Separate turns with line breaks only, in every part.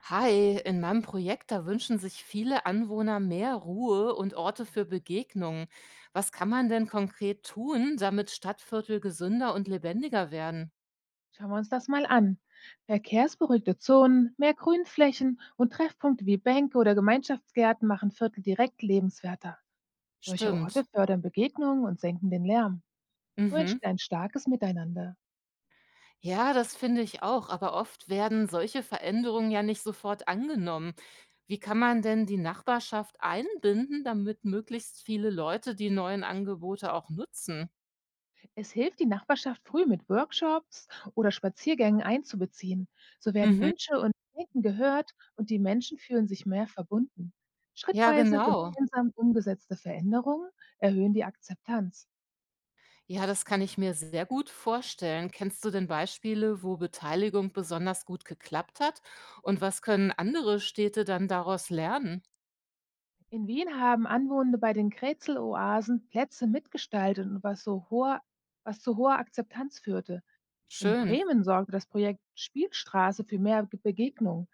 Hi, in meinem Projekt, da wünschen sich viele Anwohner mehr Ruhe und Orte für Begegnungen. Was kann man denn konkret tun, damit Stadtviertel gesünder und lebendiger werden?
Schauen wir uns das mal an. Verkehrsberuhigte Zonen, mehr Grünflächen und Treffpunkte wie Bänke oder Gemeinschaftsgärten machen Viertel direkt lebenswerter. Solche Orte
Stimmt.
fördern Begegnungen und senken den Lärm. So
Mhm.
entsteht ein starkes Miteinander.
Ja, das finde ich auch, aber oft werden solche Veränderungen ja nicht sofort angenommen. Wie kann man denn die Nachbarschaft einbinden, damit möglichst viele Leute die neuen Angebote auch nutzen?
Es hilft, die Nachbarschaft früh mit Workshops oder Spaziergängen einzubeziehen. So werden
Mhm.
Wünsche und Denken gehört und die Menschen fühlen sich mehr verbunden.
Ja,
Schrittweise
genau.
gemeinsam umgesetzte Veränderungen erhöhen die Akzeptanz.
Ja, das kann ich mir sehr gut vorstellen. Kennst du denn Beispiele, wo Beteiligung besonders gut geklappt hat? Und was können andere Städte dann daraus lernen?
In Wien haben Anwohner bei den Krätzeloasen Plätze mitgestaltet, was zu hoher Akzeptanz führte. In
Schön,
Bremen sorgte das Projekt Spielstraße für mehr Begegnungen.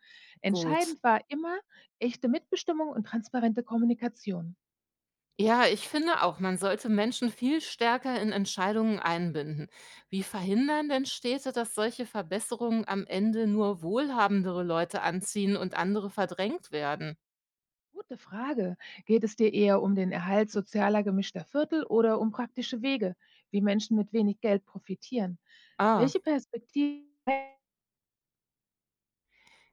gut.
Entscheidend war immer echte Mitbestimmung und transparente Kommunikation.
Ja, ich finde auch, man sollte Menschen viel stärker in Entscheidungen einbinden. Wie verhindern denn Städte, dass solche Verbesserungen am Ende nur wohlhabendere Leute anziehen und andere verdrängt werden?
Gute Frage. Geht es dir eher um den Erhalt sozialer gemischter Viertel oder um praktische Wege, wie Menschen mit wenig Geld profitieren?
Ah.
Welche Perspektive?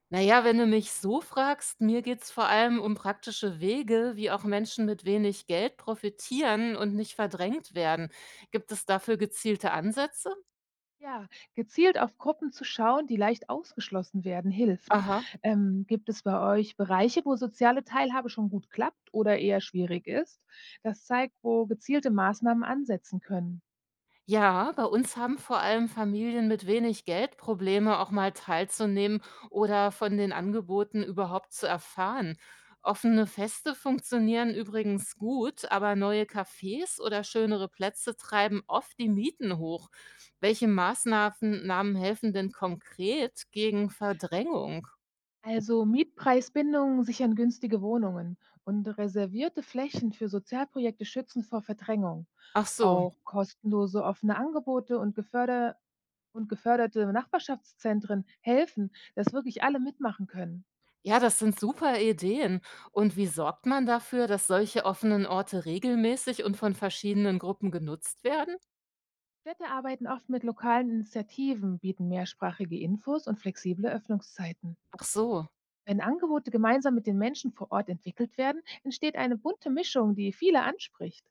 Na ja, wenn du mich so fragst, mir geht's vor allem um praktische Wege, wie auch Menschen mit wenig Geld profitieren und nicht verdrängt werden. Gibt es dafür gezielte Ansätze?
Ja, gezielt auf Gruppen zu schauen, die leicht ausgeschlossen werden, hilft.
Aha.
Gibt es bei euch Bereiche, wo soziale Teilhabe schon gut klappt oder eher schwierig ist? Das zeigt, wo gezielte Maßnahmen ansetzen können.
Ja, bei uns haben vor allem Familien mit wenig Geld Probleme, auch mal teilzunehmen oder von den Angeboten überhaupt zu erfahren. Offene Feste funktionieren übrigens gut, aber neue Cafés oder schönere Plätze treiben oft die Mieten hoch. Welche Maßnahmen Namen helfen denn konkret gegen Verdrängung?
Also Mietpreisbindungen sichern günstige Wohnungen und reservierte Flächen für Sozialprojekte schützen vor Verdrängung.
Ach so,
Auch kostenlose offene Angebote und geförderte Nachbarschaftszentren helfen, dass wirklich alle mitmachen können.
ja, das sind super Ideen. Und wie sorgt man dafür, dass solche offenen Orte regelmäßig und von verschiedenen Gruppen genutzt werden?
Städte arbeiten oft mit lokalen Initiativen, bieten mehrsprachige Infos und flexible Öffnungszeiten.
Ach so.
Wenn Angebote gemeinsam mit den Menschen vor Ort entwickelt werden, entsteht eine bunte Mischung, die viele anspricht.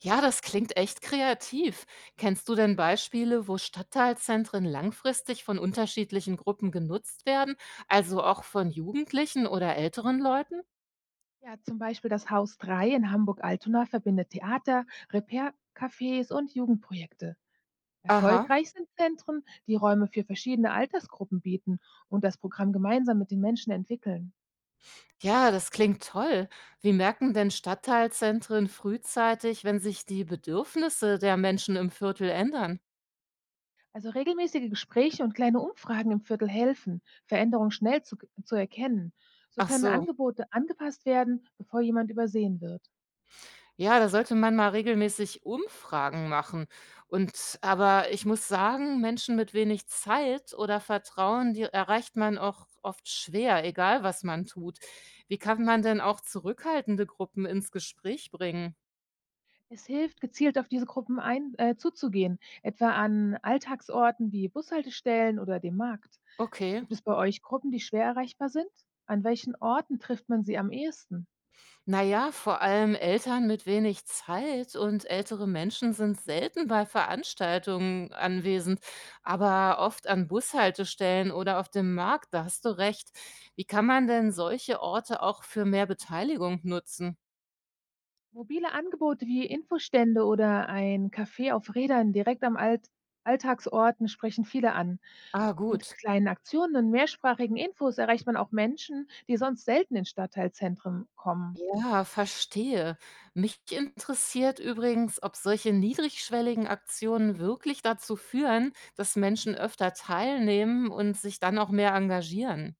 Ja, das klingt echt kreativ. Kennst du denn Beispiele, wo Stadtteilzentren langfristig von unterschiedlichen Gruppen genutzt werden, also auch von Jugendlichen oder älteren Leuten?
Ja, zum Beispiel das Haus drei in Hamburg-Altona verbindet Theater, Repair-Cafés und Jugendprojekte.
Aha.
Erfolgreich sind Zentren, die Räume für verschiedene Altersgruppen bieten und das Programm gemeinsam mit den Menschen entwickeln.
Ja, das klingt toll. Wie merken denn Stadtteilzentren frühzeitig, wenn sich die Bedürfnisse der Menschen im Viertel ändern?
Also regelmäßige Gespräche und kleine Umfragen im Viertel helfen, Veränderungen zu erkennen. So
Ach
können
so.
Angebote angepasst werden, bevor jemand übersehen wird.
Ja, da sollte man mal regelmäßig Umfragen machen. Und aber ich muss sagen, Menschen mit wenig Zeit oder Vertrauen, die erreicht man auch oft schwer, egal was man tut. Wie kann man denn auch zurückhaltende Gruppen ins Gespräch bringen?
Es hilft, gezielt auf zuzugehen, etwa an Alltagsorten wie Bushaltestellen oder dem Markt.
Okay.
Gibt es bei euch Gruppen, die schwer erreichbar sind? An welchen Orten trifft man sie am ehesten?
Na ja, vor allem Eltern mit wenig Zeit und ältere Menschen sind selten bei Veranstaltungen anwesend, aber oft an Bushaltestellen oder auf dem Markt, da hast du recht. Wie kann man denn solche Orte auch für mehr Beteiligung nutzen?
Mobile Angebote wie Infostände oder ein Café auf Rädern direkt am Alt Alltagsorten sprechen viele an.
Ah,
Mit
gut.
kleinen Aktionen und mehrsprachigen Infos erreicht man auch Menschen, die sonst selten in Stadtteilzentren kommen.
Ja, verstehe. Mich interessiert übrigens, ob solche niedrigschwelligen Aktionen wirklich dazu führen, dass Menschen öfter teilnehmen und sich dann auch mehr engagieren.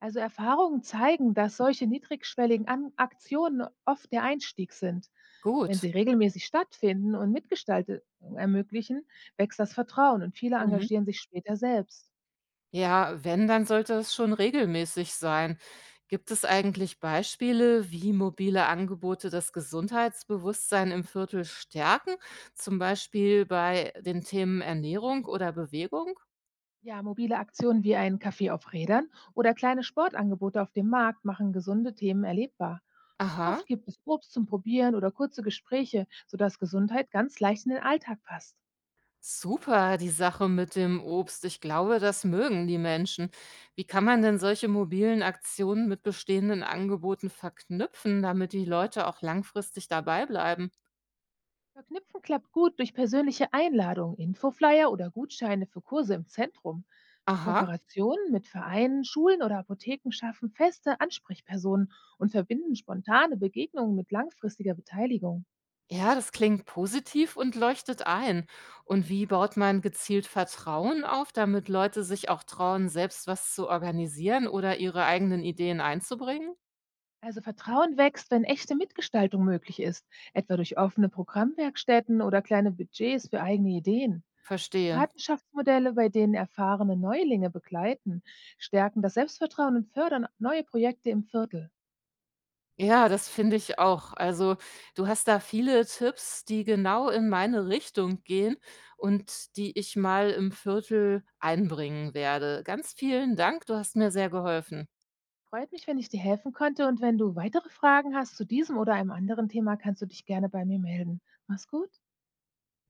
Also Erfahrungen zeigen, dass solche niedrigschwelligen An Aktionen oft der Einstieg sind. Wenn sie
Gut.
regelmäßig stattfinden und Mitgestaltung ermöglichen, wächst das Vertrauen und viele
Mhm.
engagieren sich später selbst.
Ja, wenn, dann sollte es schon regelmäßig sein. Gibt es eigentlich Beispiele, wie mobile Angebote das Gesundheitsbewusstsein im Viertel stärken, zum Beispiel bei den Themen Ernährung oder Bewegung?
Ja, mobile Aktionen wie ein Café auf Rädern oder kleine Sportangebote auf dem Markt machen gesunde Themen erlebbar.
Aha,
Oft gibt es Obst zum Probieren oder kurze Gespräche, sodass Gesundheit ganz leicht in den Alltag passt.
super, die Sache mit dem Obst. Ich glaube, das mögen die Menschen. Wie kann man denn solche mobilen Aktionen mit bestehenden Angeboten verknüpfen, damit die Leute auch langfristig dabei bleiben?
Verknüpfen klappt gut durch persönliche Einladungen, Infoflyer oder Gutscheine für Kurse im Zentrum.
Aha.
Kooperationen mit Vereinen, Schulen oder Apotheken schaffen feste Ansprechpersonen und verbinden spontane Begegnungen mit langfristiger Beteiligung.
Ja, das klingt positiv und leuchtet ein. Und wie baut man gezielt Vertrauen auf, damit Leute sich auch trauen, selbst was zu organisieren oder ihre eigenen Ideen einzubringen?
Also Vertrauen wächst, wenn echte Mitgestaltung möglich ist, etwa durch offene Programmwerkstätten oder kleine Budgets für eigene Ideen.
Verstehe.
Patenschaftsmodelle, bei denen erfahrene Neulinge begleiten, stärken das Selbstvertrauen und fördern neue Projekte im Viertel.
Ja, das finde ich auch. Also, du hast da viele Tipps, die genau in meine Richtung gehen und die ich mal im Viertel einbringen werde. Ganz vielen Dank, du hast mir sehr geholfen.
Freut mich, wenn ich dir helfen konnte, und wenn du weitere Fragen hast zu diesem oder einem anderen Thema, kannst du dich gerne bei mir melden. Mach's gut.